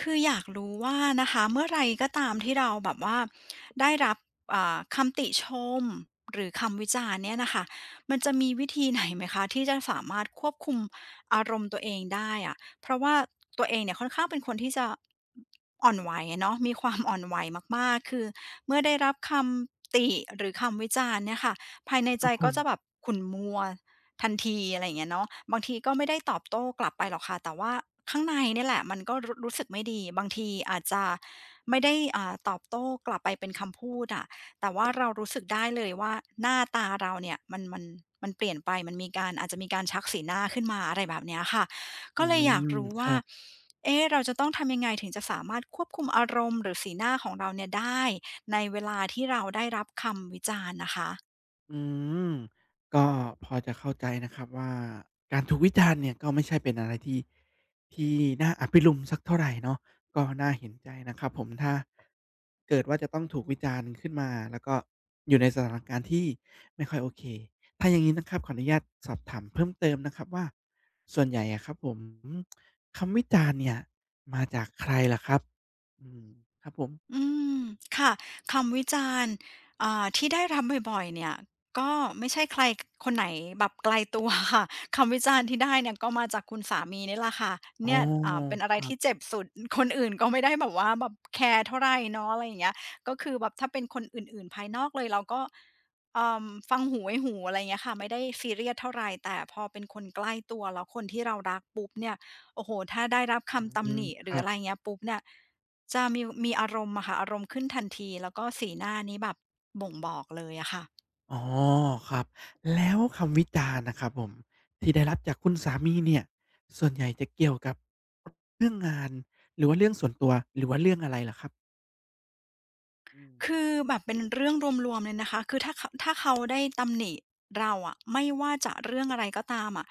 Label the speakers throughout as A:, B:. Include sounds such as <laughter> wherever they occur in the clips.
A: คืออยากรู้ว่านะคะเมื่อไหรก็ตามที่เราแบบว่าได้รับคำติชมหรือคำวิจารณ์เนี่ยนะคะมันจะมีวิธีไหนไหมคะที่จะสามารถควบคุมอารมณ์ตัวเองได้อะเพราะว่าตัวเองเนี่ยค่อนข้างเป็นคนที่จะอ่อนไหวอะเนาะมีความอ่อนไหวมากๆคือเมื่อได้รับคำติหรือคำวิจารณ์เนี่ยค่ะภายใน
B: ค
A: ใจ
B: รับผ
A: ก็
B: ม
A: จะแบบขุ่นมัว ทันทีอะไรอย่างเงี้ยเนาะบางทีก็ไม่ได้ตอบโต้กลับไปหรอกค่ะแต่ว่าข้างในเนี่ยแหละมันก็รู้สึกไม่ดีบางทีอาจจะไม่ได้ตอบโต้กลับไปเป็นคำพูดอะแต่ว่าเรารู้สึกได้เลยว่าหน้าตาเราเนี่ยมันมันเปลี่ยนไปมันมีการอาจจะมีการชักสีหน้าขึ้นมาอะไรแบบเนี้ยค่ะ
B: อื
A: ก็เลยอยาก
B: ม
A: รู้
B: ค
A: ว่า
B: รับ
A: เอ๊ะเราจะต้องทำยังไงถึงจะสามารถควบคุมอารมณ์หรือสีหน้าของเราเนี่ยได้ในเวลาที่เราได้รับคำวิจารณ์น่ะคะ
B: อืมก็พอจะเข้าใจนะครับว่าการถูกวิจารณ์เนี่ยก็ไม่ใช่เป็นอะไรที่น่าอภิรุมย์สักเท่าไรเนาะก็น่าเห็นใจนะครับผมถ้าเกิดว่าจะต้องถูกวิจารณ์ขึ้นมาแล้วก็อยู่ในสถานการณ์ที่ไม่ค่อยโอเคถ้าอย่างงี้นะครับขออนุญาตสอบถามเพิ่มเติมนะครับว่าส่วนใหญ่อะครับผมคำวิจารณ์เนี่ยมาจากใครเหรอครับอืมครับผม
A: อืมค่ะคำวิจารณ์ที่ได้รับบ่อยๆเนี่ยก็ไม่ใช่ใครคนไหนแบบไกลตัวค่ะ <laughs> คำวิจารณ์ที่ได้เนี่ยก็มาจากคุณสามีนี่แหละค่ะ
B: อ๋อ
A: เนี่ยเป็นอะ
B: ค
A: ไร
B: รั
A: ที่
B: บ
A: เจ็บสุดคนอื่นก็ไม่ได้แบบว่าแบบแคร์เท่าไรเนาะอะไรอย่างเงี้ยก็คือแบบถ้าเป็นคนอื่นๆภายนอกเลยเราก็เอ่อฟังหูไว้หูอะไร่เงี้ยค่ะไม่ได้ซีเรียสเท่าไรแต่พอเป็นคนใกล้ตัวแล้วคนที่เรารักปุ๊บเนี่ย โอ้โห ถ้าได้รับ
B: อื
A: คำตำห
B: ม
A: นิห
B: ค
A: รือ
B: รั
A: อะ
B: บ
A: ไรเงี้ยปุ๊บเนี่ยจะมีอารมณ์อะค่ะอารมณ์ขึ้นทันทีแล้วก็สีหน้านี้แบบบ่งบอกเลยอะค่ะ
B: อ๋อครับแล้วคำวิจารณ์นะครับผมที่ได้รับจากคุณสามีเนี่ยส่วนใหญ่จะเกี่ยวกับเรื่องงานหรือว่าเรื่องส่วนตัวหรือว่าเรื่องอะไรเหรอครับอืม
A: คือแบบเป็นเรื่องรวมๆเลยนะคะคือถ้าเขาได้ตำหนิเราอะไม่ว่าจะเรื่องอะไรก็ตามอะ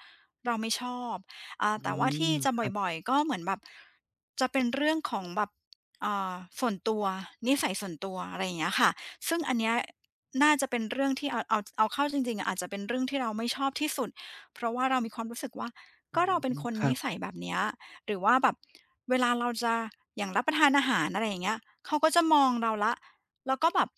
A: เราไม่ชอบ
B: อื
A: แต่ว่า
B: ม
A: ที่จะ
B: ครับ
A: บ่อยๆก็เหมือนแบบจะเป็นเรื่องของแบบอ่าส่วนตัวนิสัยส่วนตัวอะไรอย่างเงี้ยค่ะซึ่งอันเนี้ยน่าจะเป็นเรื่องที่เอาเข้าจริงๆอาจจะเป็นเรื่องที่เราไม่ชอบที่สุด เพราะว่าเรามีความรู้สึกว่า
B: อื
A: ก็เราเป็น
B: ม
A: คน
B: ครั
A: นิ
B: บ
A: สัยแบบเนี้ยหรือว่าแบบเวลาเราจะอย่างรับประทานอาหารอะไรอย่างเงี้ยเขาก็จะมองเราแล้ว แล้วก็แบบ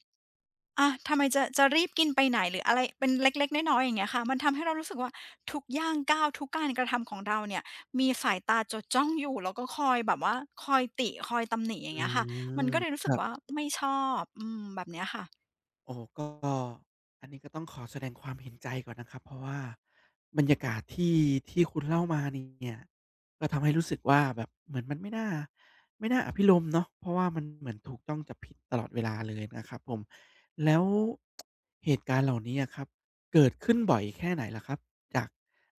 A: อะทำไมจะรีบกินไปไหนหรืออะไรเป็นเล็กๆน้อยๆอย่างเงี้ยค่ะมันทำให้เรารู้สึกว่าทุกย่างก้าวทุกการกระทำของเราเนี่ยมีสายตาจดจ้องอยู่แล้วก็คอยแบบว่าคอยติคอยตำหนิอ
B: อื
A: ย่างเงี้ยค่ะ มัน
B: ม
A: ก็เลยรู้
B: ค
A: สึ
B: รั
A: กว่า
B: บ
A: ไม่ชอบอืมแบบเนี้ยค่ะ
B: โอ้ก็อันนี้ก็ต้องขอแสดงความเห็นใจก่อนนะครับเพราะว่าบรรยากาศที่ที่คุณเล่ามาเนี่ยก็ทำให้รู้สึกว่าแบบเหมือนมันไม่น่าอภิรมย์เนาะเพราะว่ามันเหมือนถูกจ้องจับผิดตลอดเวลาเลยนะครับผมแล้วเหตุการณ์เหล่านี้อะครับเกิดขึ้นบ่อยแค่ไหนล่ะครับจาก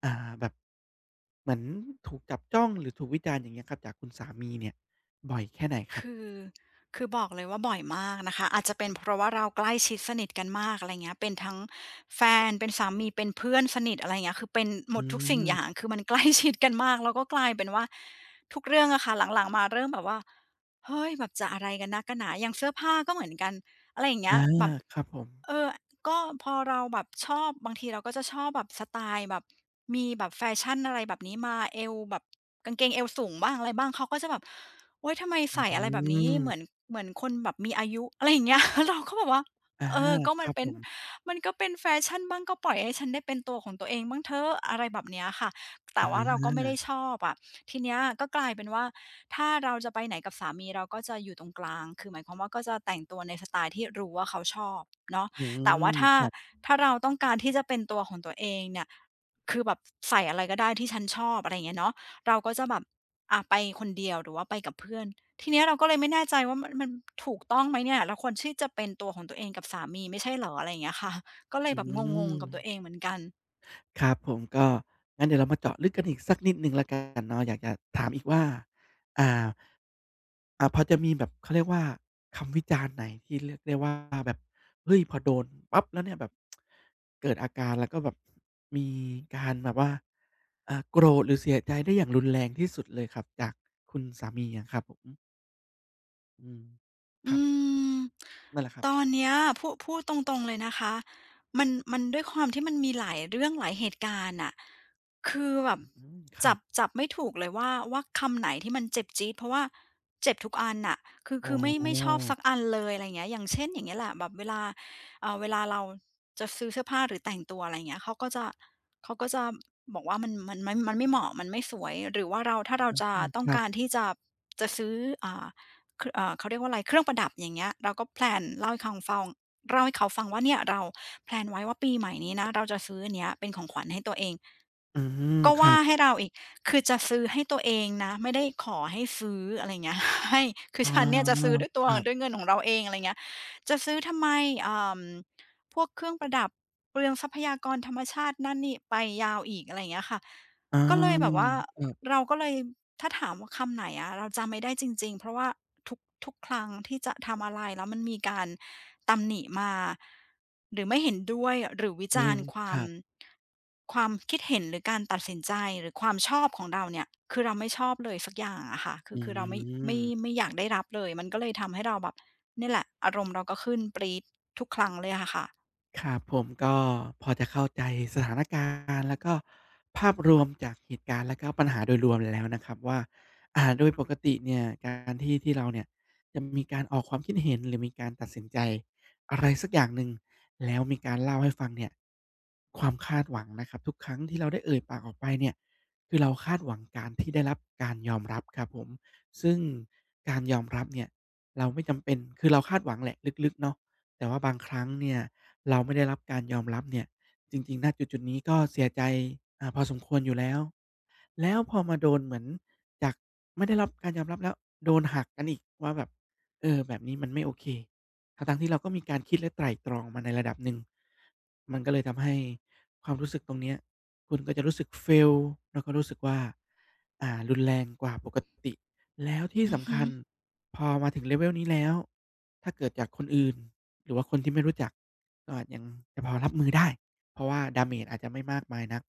B: แบบเหมือนถูกจับจ้องหรือถูกวิจารณ์อย่างเงี้ยครับจากคุณสามีเนี่ยบ่อยแค่ไหนครับ
A: คือคือบอกเลยว่าบ่อยมากนะคะอาจจะเป็นเพราะว่าเราใกล้ชิดสนิทกันมากอะไรเงี้ยเป็นทั้งแฟนเป็นสามีเป็นเพื่อนสนิทอะไรเงี้ยคือเป็นหม
B: อื
A: ดทุกสิ่งอย่าง
B: ม
A: คือมันใกล้ชิดกันมากแล้วก็กลายเป็นว่าทุกเรื่องอะค่ะหลังๆมาเริ่มแบบว่าเฮ้ยแบบจะอะไรกันนักกันหนาอย่างเสื้อผ้าก็เหมือนกันอะไรอย่างเงี้ย
B: อา
A: แบบ
B: ครับผม
A: เออก็พอเราแบบชอบบางทีเราก็จะชอบแบบสไตล์แบบมีแบบแฟชั่นอะไรแบบนี้มาเอวแบบกางเกงเอวสูงบ้างอะไรบ้างเขาก็จะแบบโอ๊ยทำไม
B: อื
A: ใส่อะไรแบบนี้
B: ม
A: เหมือนคนแบบมีอายุอะไรอย่างเงี้ยเราก็แบบว่า
B: อา
A: เออก็
B: ค
A: มัน
B: รับ
A: เป็
B: ผ
A: น
B: ม
A: มันก็เป็นแฟชั่นบ้างก็ปล่อยให้ฉันได้เป็นตัวของตัวเองบ้างเถอะอะไรแบบเนี้ยค่ะแต่
B: อา
A: ว่าเราก็ไม่ได้ชอบอะทีเนี้ยก็กลายเป็นว่าถ้าเราจะไปไหนกับสามีเราก็จะอยู่ตรงกลางคือหมายความว่าก็จะแต่งตัวในสไตล์ที่รู้ว่าเขาชอบเนาะ
B: อื
A: แต่ว่า
B: มครับ
A: ถ้าเราต้องการที่จะเป็นตัวของตัวเองเนี่ยคือแบบใส่อะไรก็ได้ที่ฉันชอบอะไรอย่างเงี้ยเนาะเราก็จะแบบอะไปคนเดียวหรือว่าไปกับเพื่อนทีเนี้ยเราก็เลยไม่แน่ใจว่ามันถูกต้องไหมเนี่ยเราควรที่จะเป็นตัวของตัวเองกับสามีไม่ใช่เหรออะไรอย่างเงี้ยค่ะก็เลย
B: อื
A: แบบงง
B: ม
A: ๆกับตัวเองเหมือนกัน
B: ครับผมก็ งั้นเดี๋ยวเรามาเจาะลึกกันอีกสักนิดหนึ่งแล้วกันเนาะอยากจะถามอีกว่า อ่า พอจะมีแบบเขาเรียกว่าคำวิจารณ์ไหนที่เรียกได้ว่าแบบเฮ้ยพอโดนปั๊บแล้วเนี่ยแบบเกิดอาการแล้วก็แบบมีการแบบว่าโกรธหรือเสียใจได้อย่างรุนแรงที่สุดเลยครับจากคุณสามีอะครับผมอืมค
A: อื
B: รับ
A: ม
B: นั่นแหละครับ
A: ตอนเนี้ยพูดตรงๆเลยนะคะมันด้วยความที่มันมีหลายเรื่องหลายเหตุการณ์น่ะคือแบบ
B: อืมครั
A: จั
B: บ
A: บจับไม่ถูกเลยว่าคำไหนที่มันเจ็บจี๊ดเพราะว่าเจ็บทุกอันน่ะคือ
B: อ๋อ
A: คือไม่ชอบสักอันเลยอะไรอย่างเงี้ยอย่างเช่นอย่างเงี้ยแหละแบบเวลาเวลาเราจะซื้อเสื้อผ้าหรือแต่งตัวอะไรอย่างเงี้ยเขาก็จะเขาก็จะบอกว่ามันไม่เหมาะมันไม่สวยหรือว่าเราถ้าเราจะ
B: อืม
A: ต้
B: ค
A: อง
B: รั
A: การ
B: บ
A: ที่จะจะซื้ออ่า เครื่องเขาเรียกว่าอะไรเครื่องประดับอย่างเงี้ยเราก็แพลนเล่าให้คังฟังเล่าให้เขาฟังว่าเนี่ยเราแพลนไว้ว่าปีใหม่นี้นะเราจะซื้ออันเนี้ยเป็นของขวัญให้ตัวเอง
B: อืม
A: ก็
B: ครั
A: ว่าให้
B: บ
A: เราอีกคือจะซื้อให้ตัวเองนะไม่ได้ขอให้ซื้ออะไรอย่างเงี้ย <laughs> ให้คื
B: อ๋
A: อ
B: อ
A: ฉันเนี่ยจะซื้อด้วย
B: ค
A: ตัว
B: รั
A: ด้วย
B: บ
A: เงินของเราเองอะไรอย่างเงี้ยจะซื้อทำไมอ่าพวกเครื่องประดับเปลืองทรัพยากรธรรมชาตินั่นนี่ไปยาวอีกอะไรอย่างเงี้ยค่ะ
B: อา
A: ก็เลยแบบว่า
B: ครับ
A: เราก็เลยถ้าถามว่าคำไหนอะเราจำไม่ได้จริงๆเพราะว่าทุกทุกครั้งที่จะทำอะไรแล้วมันมีการตำหนิมาหรือไม่เห็นด้วยหรือวิ
B: อื
A: จา
B: ม
A: รณ์ค
B: ค
A: วา
B: รั
A: ม
B: บ
A: ความคิดเห็นหรือการตัดสินใจหรือความชอบของเราเนี่ยคือเราไม่ชอบเลยสักอย่างอะค่ะคื
B: อื
A: อคือเราไม่ไม่
B: ม
A: ไม่อยากได้รับเลยมันก็เลยทำให้เราแบบเนี่ยแหละอารมณ์เราก็ขึ้นปรี๊ดทุกครั้งเลยอะค่ะ
B: ครับผมก็พอจะเข้าใจสถานการณ์แล้วก็ภาพรวมจากเหตุการณ์แล้วก็ปัญหาโดยรวมแล้วนะครับว่าโดยปกติเนี่ยการที่เราเนี่ยจะมีการออกความคิดเห็นหรือมีการตัดสินใจอะไรสักอย่างหนึ่งแล้วมีการเล่าให้ฟังเนี่ยความคาดหวังนะครับทุกครั้งที่เราได้เอ่ยปากออกไปเนี่ยคือเราคาดหวังการที่ได้รับการยอมรับครับผมซึ่งการยอมรับเนี่ยเราไม่จำเป็นคือเราคาดหวังแหละลึกๆเนาะแต่ว่าบางครั้งเนี่ย เราไม่ได้รับการยอมรับเนี่ยจริงๆณจุดๆนี้ก็เสียใจพอสมควรอยู่แล้ว พอมาโดนเหมือนจากไม่ได้รับการยอมรับแล้วโดนหักกันอีกว่าแบบเออแบบนี้มันไม่โอเคทั้งๆที่เราก็มีการคิดและไตร่ตรองมาในระดับหนึ่งมันก็เลยทำให้ความรู้สึกตรงเนี้ยคุณก็จะรู้สึก fail แล้วก็รู้สึกว่ารุนแรงกว่าปกติแล้วที่
A: อือ
B: สำ
A: ฮึ
B: คัญพอมาถึง level นี้แล้วถ้าเกิดจากคนอื่นหรือว่าคนที่ไม่รู้จักก็อาจยังจะพอรับมือได้เพราะว่า damage อาจจะไม่มากมายนัก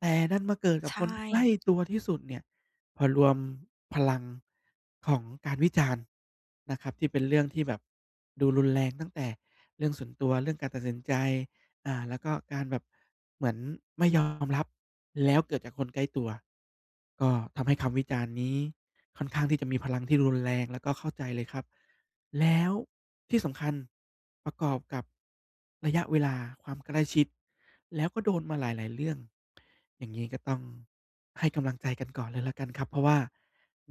B: แต่ดันมาเกิดกับคน
A: ใช่
B: ที่ใกล้ตัวที่สุดเนี่ยพอรวมพลังของการวิจารณ์นะครับที่เป็นเรื่องที่แบบดูรุนแรงตั้งแต่เรื่องส่วนตัวเรื่องการตัดสินใจแล้วก็การแบบเหมือนไม่ยอมรับแล้วเกิดจากคนใกล้ตัวก็ทำให้คำวิจารณ์นี้ค่อนข้างที่จะมีพลังที่รุนแรงแล้วก็เข้าใจเลยครับแล้วที่สำคัญประกอบกับระยะเวลาความใกล้ชิด แล้วก็โดนมาหลายๆเรื่อง อย่างงี้ก็ต้องให้กำลังใจกันก่อนเลยแล้วกันครับ เพราะว่า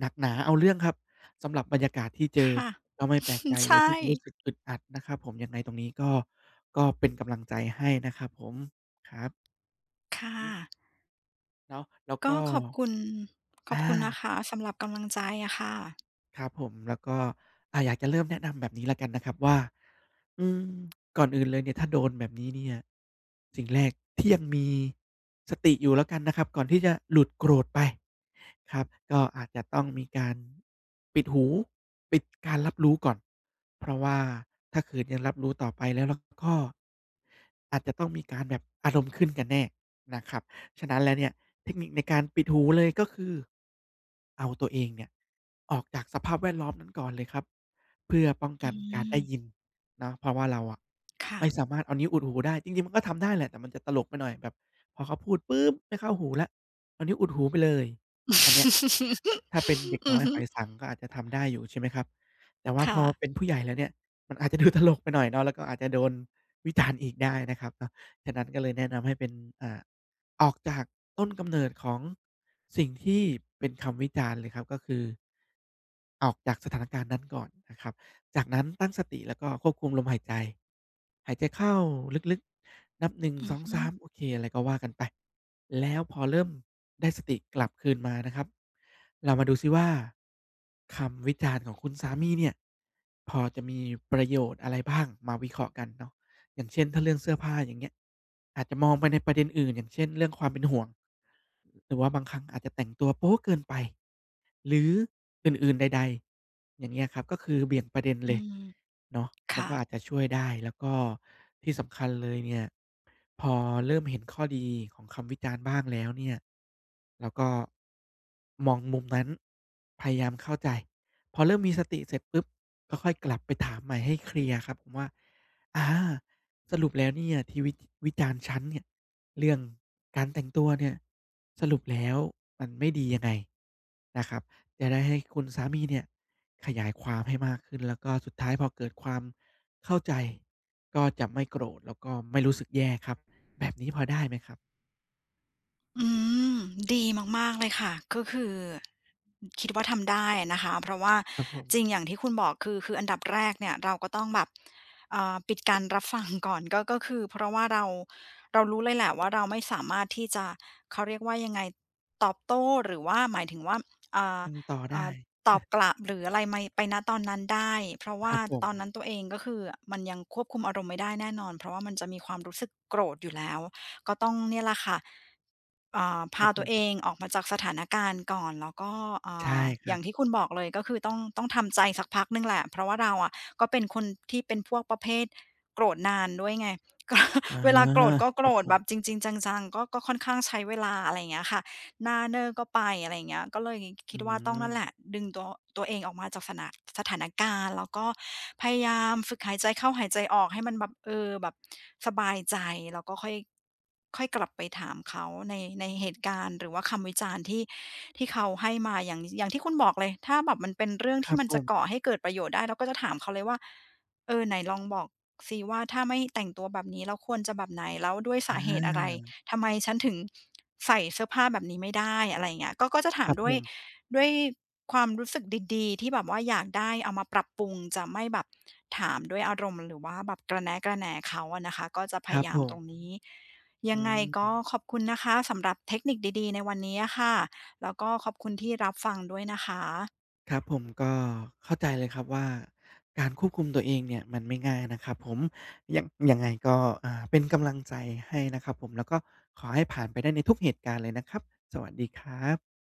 B: หนักหนาเอาเรื่องครับสำหรับบรรยากาศที่เจอ
A: ค่ะ
B: ก็ไม่แปลกใจ
A: <laughs>
B: เลย
A: ใช่
B: ที่จะรู้สึกอึดอัดนะครับผมยังไงตรงนี้ก็เป็นกำลังใจให้นะครับผมครับอื
A: ค่ะ
B: อเนาะแล้วก็
A: ก็ขอบคุณขอบ
B: อา
A: คุณนะคะสำหรับกำลังใจอะค่ะ
B: ครับผมแล้วก็อยากจะเริ่มแนะนำแบบนี้แล้วกันนะครับว่าอืมก่อนอื่นเลยเนี่ยถ้าโดนแบบนี้เนี่ยสิ่งแรกที่ยังมีสติอยู่แล้วกันนะครับก่อนที่จะหลุดโกรธไปครับก็อาจจะต้องมีการปิดหูปิดการรับรู้ก่อนเพราะว่าถ้าขืนยังรับรู้ต่อไปแล้วก็อาจจะต้องมีการแบบอารมณ์ขึ้นกันแน่นะครับ ฉะนั้นแล้วเนี่ยเทคนิคในการปิดหูเลยก็คือเอาตัวเองเนี่ยออกจากสภาพแวดล้อมนั้นก่อนเลยครับเพื่อป้องกั
A: อื
B: นการได้ยิน
A: ม
B: เนาะเพราะว่าเราอะ
A: ค่ะ
B: ไม่สามารถเอานิ้วอุดหูได้จริงๆมันก็ทำได้แหละแต่มันจะตลกไปหน่อยแบบพอเขาพูดปุ๊บไม่เข้าหูแล้วเอานิ้วอุดหูไปเลยอันเนี้ย ถ้าเป็นเด็ก
A: <laughs> อื
B: น้อ
A: อ
B: ย
A: <laughs>
B: ห
A: ฮึ
B: อยสังก็อาจจะทำได้อยู่ใช่ไหมครับแต่ว่าพ
A: ค่ะ
B: อเป็นผู้ใหญ่แล้วเนี่ยมันอาจจะดูตลกไปหน่อยเนาะแล้วก็อาจจะโดนวิจารณ์อีกได้นะครับเนาะฉะนั้นก็เลยแนะนำให้เป็นอ่าออกจากต้นกำเนิดของสิ่งที่เป็นคำวิจารณ์เลยครับก็คือออกจากสถานการณ์นั้นก่อนนะครับ จากนั้นตั้งสติแล้วก็ควบคุมลมหายใจหายใจเข้าลึกๆนับหนึ่งง
A: อื
B: ส
A: อ
B: อง
A: ฮึ
B: สามโอเคอะไรก็ว่ากันไปแล้วพอเริ่มได้สติกลับคืนมานะครับเรามาดูซิว่าคำวิจารณ์ของคุณสามีเนี่ยพอจะมีประโยชน์อะไรบ้างมาวิเคราะห์กันเนาะอย่างเช่นถ้าเรื่องเสื้อผ้าอย่างเงี้ยอาจจะมองไปในประเด็นอื่นอย่างเช่นเรื่องความเป็นห่วง หรือว่าบางครั้งอาจจะแต่งตัวโป๊เกินไปหรืออื่นๆใดๆอย่างเงี้ยครับก็คือเบี่ยงประเด็นเล
A: อื
B: ย
A: ม
B: เนาะมัน
A: ค่ะ
B: ก็อาจจะช่วยได้แล้วก็ที่สำคัญเลยเนี่ยพอเริ่มเห็นข้อดีของคำวิจารณ์บ้างแล้วเนี่ยเราก็มองมุมนั้นพยายามเข้าใจพอเริ่มมีสติเสร็จปุ๊บก็ค่อยกลับไปถามใหม่ให้เคลียร์ครับผมว่าอาสรุปแล้วเนี่ยที่วิจารณ์ฉันเนี่ย เรื่องการแต่งตัวเนี่ยสรุปแล้วมันไม่ดียังไงนะครับจะได้ให้คุณสามีเนี่ยขยายความให้มากขึ้นแล้วก็สุดท้ายพอเกิดความเข้าใจก็จะไม่โกรธแล้วก็ไม่รู้สึกแย่ครับแบบนี้พอได้ไหมครับ
A: อืมดีมากๆเลยค่ะก็คือคิดว่าทำได้อะนะคะเพราะว่า
B: ครับผม
A: จริงอย่างที่คุณบอกคืออันดับแรกเนี่ยเราก็ต้องแบบปิดการรับฟังก่อนก็คือเพราะว่าเรารู้เลยแหละว่าเราไม่สามารถที่จะเขาเรียกว่ายังไงตอบโต้หรือว่าหมายถึงว่าอ่า
B: อืมต่อได้
A: อ่าตอบกลับหรืออะไรไมไปณตอนนั้นได้เพราะ
B: ค
A: ว่า
B: รับผม
A: ตอนนั้นตัวเองก็คือมันยังควบคุมอารมณ์ไม่ได้แน่นอนเพราะว่ามันจะมีความรู้สึกโกรธอยู่แล้ว ก็ต้องเนี่ยแหละค่ะ
B: ครั
A: พา
B: บผ
A: ตัวเอ
B: ม
A: งออกมาจากสถานการณ์ก่อนแล้วก็อ่
B: ใช่
A: า
B: ค
A: อ
B: รับ
A: ย่างที่คุณบอกเลยก็คือต้องทำใจสักพักหนึ่งแหละเพราะว่าเราอะก็เป็นคนที่เป็นพวกประเภทโกรธนานด้วยไงก็
B: อา
A: <laughs> เวลาโกรธก็
B: ค
A: โก
B: รั
A: ร
B: บ
A: ธ
B: ผ
A: แบบจ
B: ม
A: ริงๆจังๆก็ค่อนข้างใช้เวลาอะไรอย่างเงี้ยค่ะ หน้าเนิ่อร์ก็ไปอะไรอย่างเงี้ยก็เลย
B: อื
A: คิดว่าต้องนั่นแหละ
B: ม
A: ดึงตัวตัวเองออกมาจากสนะสถานการณ์แล้วก็พยายามฝึกหายใจเข้าหายใจออกให้มันแบบเออแบบสบายใจแล้วก็ค่อยค่อยกลับไปถามเขาในเหตุการณ์หรือว่าคำวิจารณ์ที่เขาให้มาอย่างอย่างที่คุณบอกเลยถ้าแบบมันเป็นเรื่อง
B: ครั
A: ที่
B: บ
A: มัน
B: ผ
A: จะก่อ
B: ม
A: ให้เกิดประโยชน์ได้เราก็จะถามเขาเลยว่าเออไหนลองบอกสิว่าถ้าไม่แต่งตัวแบบนี้แล้วควรจะแบบไหนแล้วด้วย
B: อ
A: สาเหตุอะไร
B: า
A: ทำไมฉันถึงใส่เสื้อผ้าแบบนี้ไม่ได้อะไรอย่างเงี้ยก็จะ
B: ค
A: ถาม
B: รับ
A: ด้
B: ผ
A: วย
B: ม
A: ด้วยความรู้สึกดีๆที่แบบว่าอยากได้เอามาปรับปรุงจะไม่แบบถามด้วยอารมณ์หรือว่าแบบกระแนะกระแหน่เขาอะนะคะก็จะพ
B: ครับ
A: ยายา
B: ผ
A: มตรง
B: ม
A: นี้ยั
B: อื
A: งไงก็ข
B: ม
A: อบคุณนะคะสำหรับเทคนิคดีๆในวันนี้อะค่ะแล้วก็ขอบคุณที่รับฟังด้วยนะคะ
B: ครับผมก็เข้าใจเลยครับว่าการควบคุมตัวเองเนี่ยมันไม่ง่ายนะครับผมยังยังไงก็เป็นกำลังใจให้นะครับผมแล้วก็ขอให้ผ่านไปได้ในทุกเหตุการณ์เลยนะครับสวัสดีครับ